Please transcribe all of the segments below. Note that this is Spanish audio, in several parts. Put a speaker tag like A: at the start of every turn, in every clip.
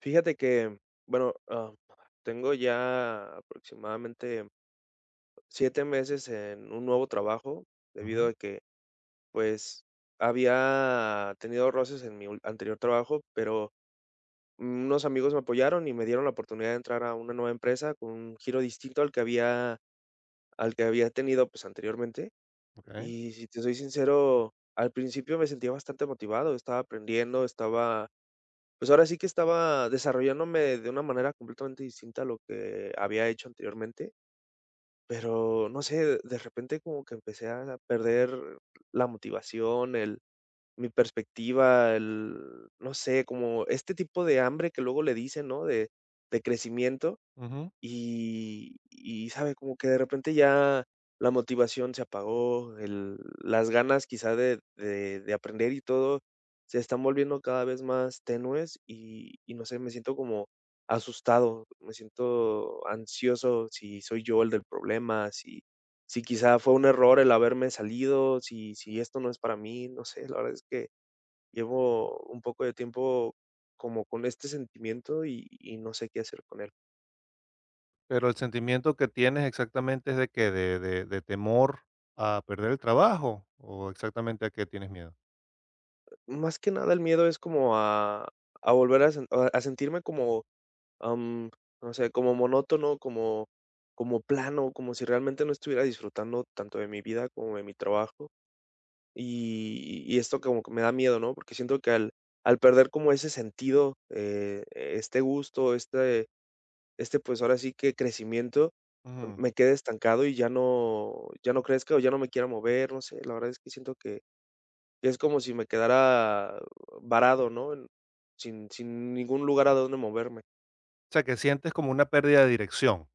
A: Fíjate que, bueno, tengo ya aproximadamente 7 meses en un nuevo trabajo,
B: Ujú,
A: debido a que, pues, había tenido roces en mi ul anterior trabajo, pero unos amigos me apoyaron y me dieron la oportunidad de entrar a una nueva empresa con un giro distinto al que había tenido, pues, anteriormente.
B: okey,
A: Y si te soy sincero, al principio me sentía bastante motivado, estaba aprendiendo, estaba pues ahora sí que estaba desarrollándome de una manera completamente distinta a lo que había hecho anteriormente, pero no sé, de repente como que empecé a perder la motivación, el mi perspectiva, el no sé, como este tipo de hambre que luego le dicen, ¿no? De crecimiento.
B: ujú.
A: Y, ¿sabe? Como que de repente ya la motivación se apagó, el las ganas quizá de aprender y todo se están volviendo cada vez más tenues y no sé, me siento como asustado, me siento ansioso, si soy yo el del problema, si quizá fue un error el haberme salido, si esto no es para mí, no sé, la verdad es que llevo un poco de tiempo como con este sentimiento y no sé qué hacer con él.
B: Pero el sentimiento que tienes exactamente es de que de temor a perder el trabajo, ¿o exactamente a qué tienes miedo?
A: Más que nada el miedo es como a volver a sentirme como, am, no sé, como monótono, como como plano, como si realmente no estuviera disfrutando tanto de mi vida como de mi trabajo. Y esto como que me da miedo, ¿no? Porque siento que al perder como ese sentido, este gusto, este, pues, ahora sí que crecimiento,
B: Ujú.
A: me quede estancado y ya no crezca o ya no me quiera mover, no sé, la verdad es que siento que es como si me quedara varado, ¿no? En sin ningún lugar a donde moverme.
B: O sea, que sientes como una pérdida de dirección,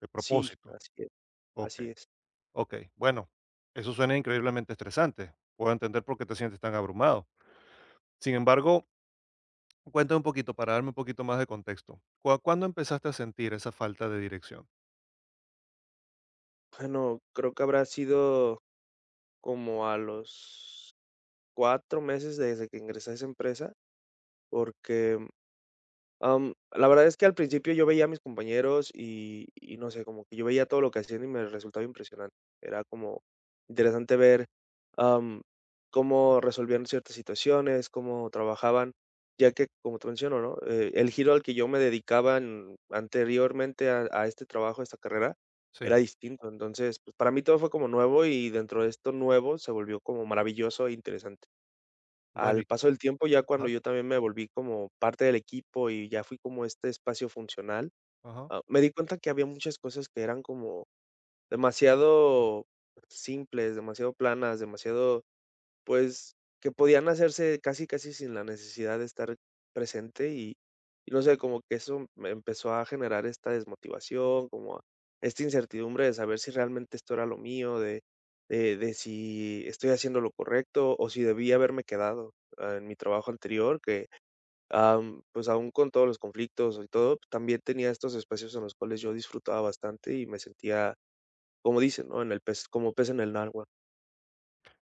B: de
A: Sí,
B: propósito.
A: así es, así
B: Okey,
A: es.
B: okey. Bueno, eso suena increíblemente estresante. Puedo entender por qué te sientes tan abrumado. Sin embargo, cuéntame un poquito para darme un poquito más de contexto. ¿Cuándo empezaste a sentir esa falta de dirección?
A: Bueno, creo que habrá sido como a los 4 meses desde que ingresé a esa empresa, porque la verdad es que al principio yo veía a mis compañeros y no sé, como que yo veía todo lo que hacían y me resultaba impresionante. Era como interesante ver, am, cómo resolvían ciertas situaciones, cómo trabajaban, ya que, como te menciono, ¿no? El giro al que yo me dedicaba en anteriormente a este trabajo, a esta carrera, era
B: Sí,
A: distinto. Entonces, pues, para mí todo fue como nuevo y dentro de esto nuevo se volvió como maravilloso e interesante.
B: bueno
A: Al
B: y
A: paso del tiempo, ya cuando
B: ajá,
A: yo también me volví como parte del equipo y ya fui como este espacio funcional,
B: ajá.
A: me di cuenta que había muchas cosas que eran como demasiado simples, demasiado planas, demasiado pues, que podían hacerse casi, casi sin la necesidad de estar presente y no sé, como que eso me empezó a generar esta desmotivación, esta incertidumbre de saber si realmente esto era lo mío, de si estoy haciendo lo correcto o si debí haberme quedado, en mi trabajo anterior que, pues, aún con todos los conflictos y todo, también tenía estos espacios en los cuales yo disfrutaba bastante y me sentía, como dicen, ¿no? En el pez en el agua.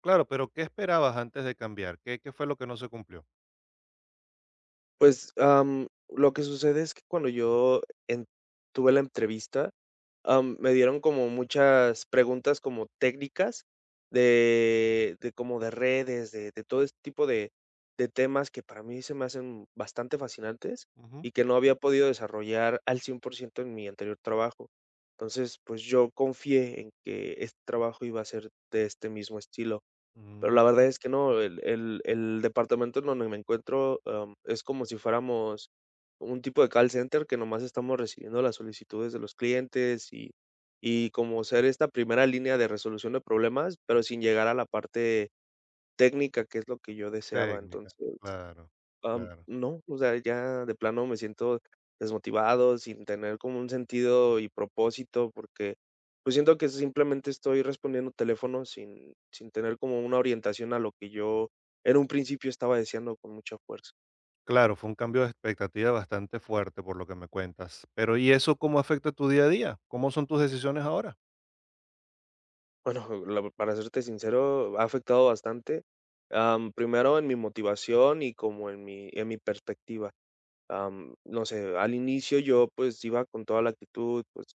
B: Claro, pero ¿qué esperabas antes de cambiar? ¿Qué fue lo que no se cumplió?
A: Pues, lo que sucede es que cuando yo en tuve la entrevista, me dieron como muchas preguntas como técnicas de como de redes, de todo este tipo de temas que para mí se me hacen bastante fascinantes
B: Ujú.
A: y que no había podido desarrollar al 100% en mi anterior trabajo. Entonces, pues, yo confié en que este trabajo iba a ser de este mismo estilo. Pero la
B: Mm,
A: verdad es que no, el departamento en donde me encuentro, es como si fuéramos un tipo de call center que nomás estamos recibiendo las solicitudes de los clientes y como ser esta primera línea de resolución de problemas, pero sin llegar a la parte técnica, que es lo que yo deseaba,
B: técnica,
A: entonces
B: claro,
A: Am,
B: claro.
A: no, o sea, ya de plano me siento desmotivado, sin tener como un sentido y propósito, porque, pues, siento que simplemente estoy respondiendo teléfonos sin tener como una orientación a lo que yo en un principio estaba deseando con mucha fuerza.
B: Claro, fue un cambio de expectativa bastante fuerte por lo que me cuentas. Pero, ¿y eso cómo afecta tu día a día? ¿Cómo son tus decisiones ahora?
A: Bueno, la para serte sincero, ha afectado bastante, primero en mi motivación y como en mi perspectiva. No sé, al inicio yo, pues, iba con toda la actitud, pues,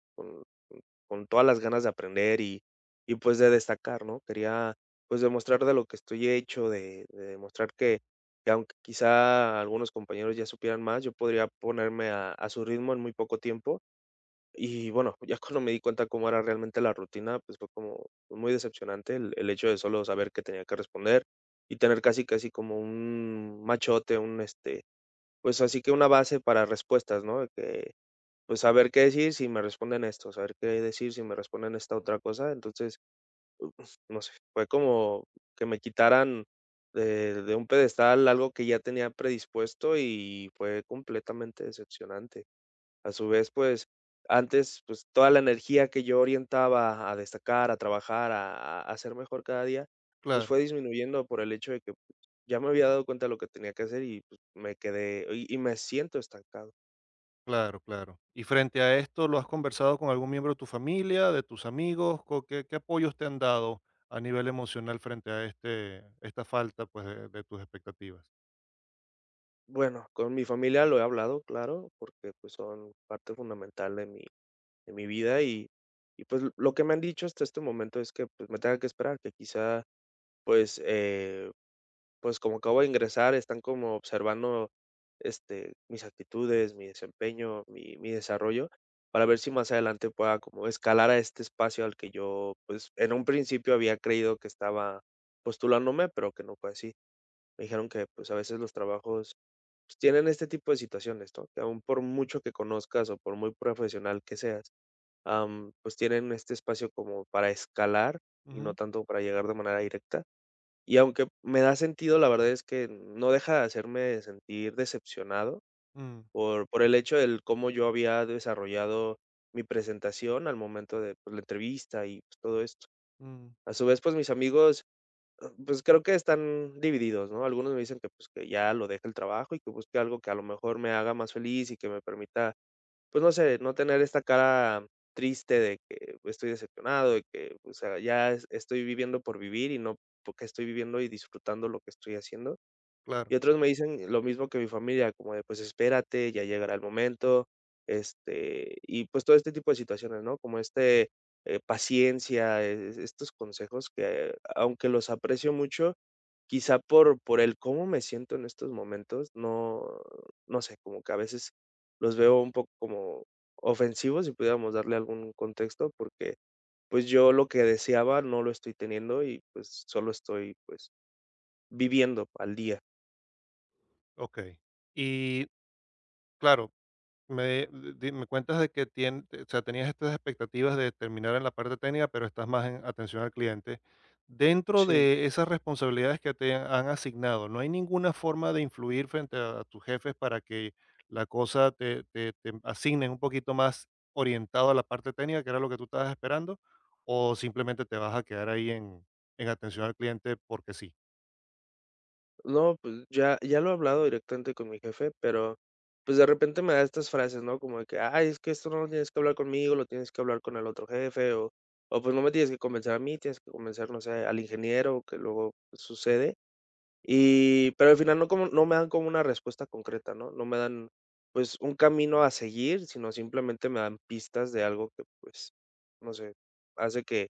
A: con todas las ganas de aprender y pues de destacar, ¿no? Quería, pues, demostrar de lo que estoy hecho, de demostrar que aunque quizá algunos compañeros ya supieran más, yo podría ponerme a su ritmo en muy poco tiempo. Y bueno, ya cuando me di cuenta cómo era realmente la rutina, pues, fue como muy decepcionante el hecho de solo saber que tenía que responder y tener casi, casi como un machote, pues, así que una base para respuestas, ¿no? Que pues, saber qué decir si me responden esto, saber qué decir si me responden esta otra cosa. Entonces, no sé, fue como que me quitaran de un pedestal algo que ya tenía predispuesto y fue completamente decepcionante. A su vez, pues, antes, pues, toda la energía que yo orientaba a destacar, a trabajar, a ser mejor cada día, pues,
B: Claro,
A: fue disminuyendo por el hecho de que pues, ya me había dado cuenta de lo que tenía que hacer y, pues, me quedé y me siento estancado.
B: claro, claro. Y frente a esto, ¿lo has conversado con algún miembro de tu familia, de tus amigos? ¿Qué, qué apoyos te han dado a nivel emocional frente a este, esta falta, pues, de tus expectativas?
A: Bueno, con mi familia lo he hablado, claro, porque, pues, son parte fundamental de mi vida y, pues, lo que me han dicho hasta este momento es que, pues, me tenga que esperar, que quizá, pues, pues, como acabo de ingresar, están como observando, este, mis actitudes, mi desempeño, mi desarrollo, para ver si más adelante pueda como escalar a este espacio al que yo, pues, en un principio había creído que estaba postulándome, pero que no fue así. Me dijeron que, pues, a veces los trabajos pues, tienen este tipo de situaciones, ¿no? Que aún por mucho que conozcas o por muy profesional que seas, pues tienen este espacio como para escalar y no
B: Ujú,
A: tanto para llegar de manera directa. Y aunque me da sentido, la verdad es que no deja de hacerme sentir decepcionado
B: mm,
A: por el hecho del cómo yo había desarrollado mi presentación al momento de pues, la entrevista y pues, todo esto.
B: mm,
A: A su vez, pues mis amigos, pues, creo que están divididos, ¿no? Algunos me dicen que, pues, que ya lo deje el trabajo y que busque algo que a lo mejor me haga más feliz y que me permita, pues, no sé, no tener esta cara triste de que estoy decepcionado, de que, o sea, ya es estoy viviendo por vivir y no porque estoy viviendo y disfrutando lo que estoy haciendo.
B: claro,
A: Y otros me dicen lo mismo que mi familia, como de, pues espérate, ya llegará el momento, este, y pues todo este tipo de situaciones, ¿no? Como este, paciencia, estos consejos que, aunque los aprecio mucho, quizá por el cómo me siento en estos momentos, no sé, como que a veces los veo un poco como ofensivos, si pudiéramos darle algún contexto, porque, pues, yo lo que deseaba no lo estoy teniendo y, pues, solo estoy, pues, viviendo al día.
B: ok. Y claro, Me, me cuentas de que o sea, tenías estas expectativas de terminar en la parte técnica, pero estás más en atención al cliente. Dentro
A: Sí.
B: de esas responsabilidades que te han asignado, ¿no hay ninguna forma de influir frente a tus jefes para que la cosa te, te, te asignen un poquito más orientado a la parte técnica, que era lo que tú estabas esperando? ¿O simplemente te vas a quedar ahí en atención al cliente porque sí?
A: No, pues ya lo he hablado directamente con mi jefe, pero, pues, de repente me da estas frases, ¿no? Como de que: "Ay, es que esto no lo tienes que hablar conmigo, lo tienes que hablar con el otro jefe", o pues, "No me tienes que convencer a mí, tienes que convencer, no sé, al ingeniero", que luego pues, sucede. Y pero al final no me dan como una respuesta concreta, ¿no? No me dan, pues, un camino a seguir, sino simplemente me dan pistas de algo que, pues, no sé, hace que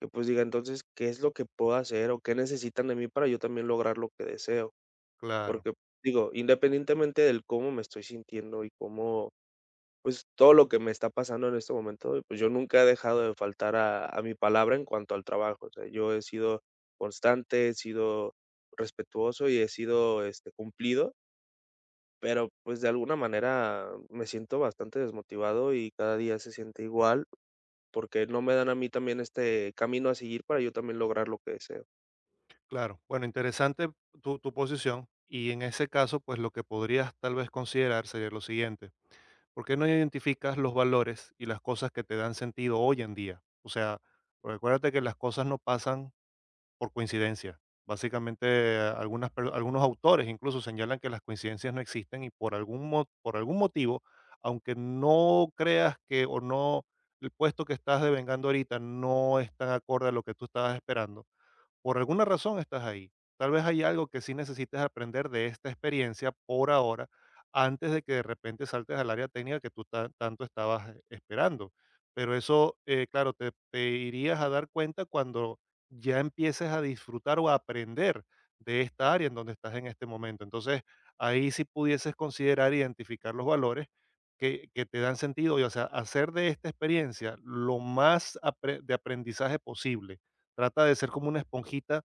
A: pues, diga: "Entonces, ¿qué es lo que puedo hacer o qué necesitan de mí para yo también lograr lo que deseo?".
B: Claro.
A: Porque, digo, independientemente del cómo me estoy sintiendo y cómo, pues, todo lo que me está pasando en este momento, pues, yo nunca he dejado de faltar a mi palabra en cuanto al trabajo. O sea, yo he sido constante, he sido respetuoso y he sido, este, cumplido, pero, pues, de alguna manera me siento bastante desmotivado y cada día se siente igual, porque no me dan a mí también este camino a seguir para yo también lograr lo que deseo.
B: Claro, bueno, interesante tu, tu posición y en ese caso, pues lo que podrías tal vez considerar sería lo siguiente: ¿por qué no identificas los valores y las cosas que te dan sentido hoy en día? O sea, porque acuérdate que las cosas no pasan por coincidencia. Básicamente, algunos autores incluso señalan que las coincidencias no existen y por por algún motivo, aunque no creas que o no, el puesto que estás devengando ahorita no es tan acorde a lo que tú estabas esperando, por alguna razón estás ahí. Tal vez hay algo que sí necesites aprender de esta experiencia por ahora, antes de que de repente saltes al área técnica que tú tanto estabas, esperando. Pero eso, claro, te irías a dar cuenta cuando ya empieces a disfrutar o a aprender de esta área en donde estás en este momento. Entonces, ahí sí pudieses considerar identificar los valores que te dan sentido y, o sea, hacer de esta experiencia lo más de aprendizaje posible. Trata de ser como una esponjita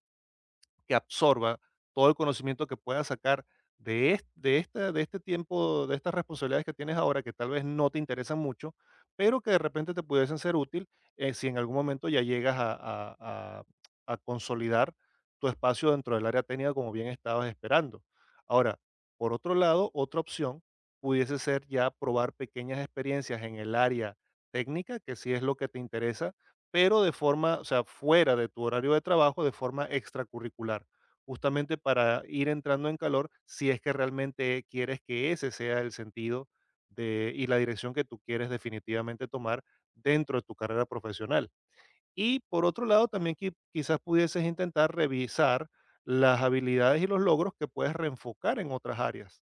B: que absorba todo el conocimiento que puedas sacar de, de este tiempo, de estas responsabilidades que tienes ahora, que tal vez no te interesan mucho, pero que de repente te pudiesen ser útil, si en algún momento ya llegas a, a- a consolidar tu espacio dentro del área técnica como bien estabas esperando. Ahora, por otro lado, otra opción pudiese ser ya probar pequeñas experiencias en el área técnica, que si es lo que te interesa, pero de forma, o sea, fuera de tu horario de trabajo, de forma extracurricular, justamente para ir entrando en calor si es que realmente quieres que ese sea el sentido de, y la dirección que tú quieres definitivamente tomar dentro de tu carrera profesional. Y por otro lado, también quizás pudieses intentar revisar las habilidades y los logros que puedes reenfocar en otras áreas.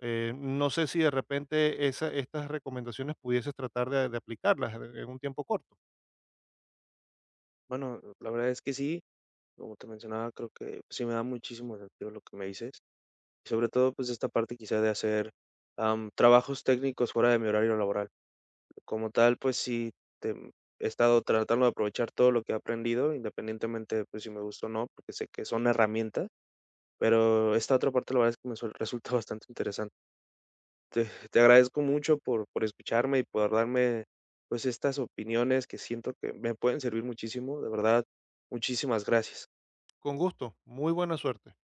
B: No sé si de repente estas recomendaciones pudieses tratar de aplicarlas en un tiempo corto.
A: Bueno, la verdad es que sí, como te mencionaba, creo que sí me da muchísimo sentido lo que me dices. Sobre todo, pues, esta parte quizá de hacer, trabajos técnicos fuera de mi horario laboral. Como tal, pues sí, tem he estado tratando de aprovechar todo lo que he aprendido, independientemente, pues, si me gusta o no, porque sé que son herramientas, pero esta otra parte, la verdad es que me suel resulta bastante interesante. Te agradezco mucho por escucharme y por darme, pues, estas opiniones que siento que me pueden servir muchísimo, de verdad, muchísimas gracias.
B: Con gusto, muy buena suerte.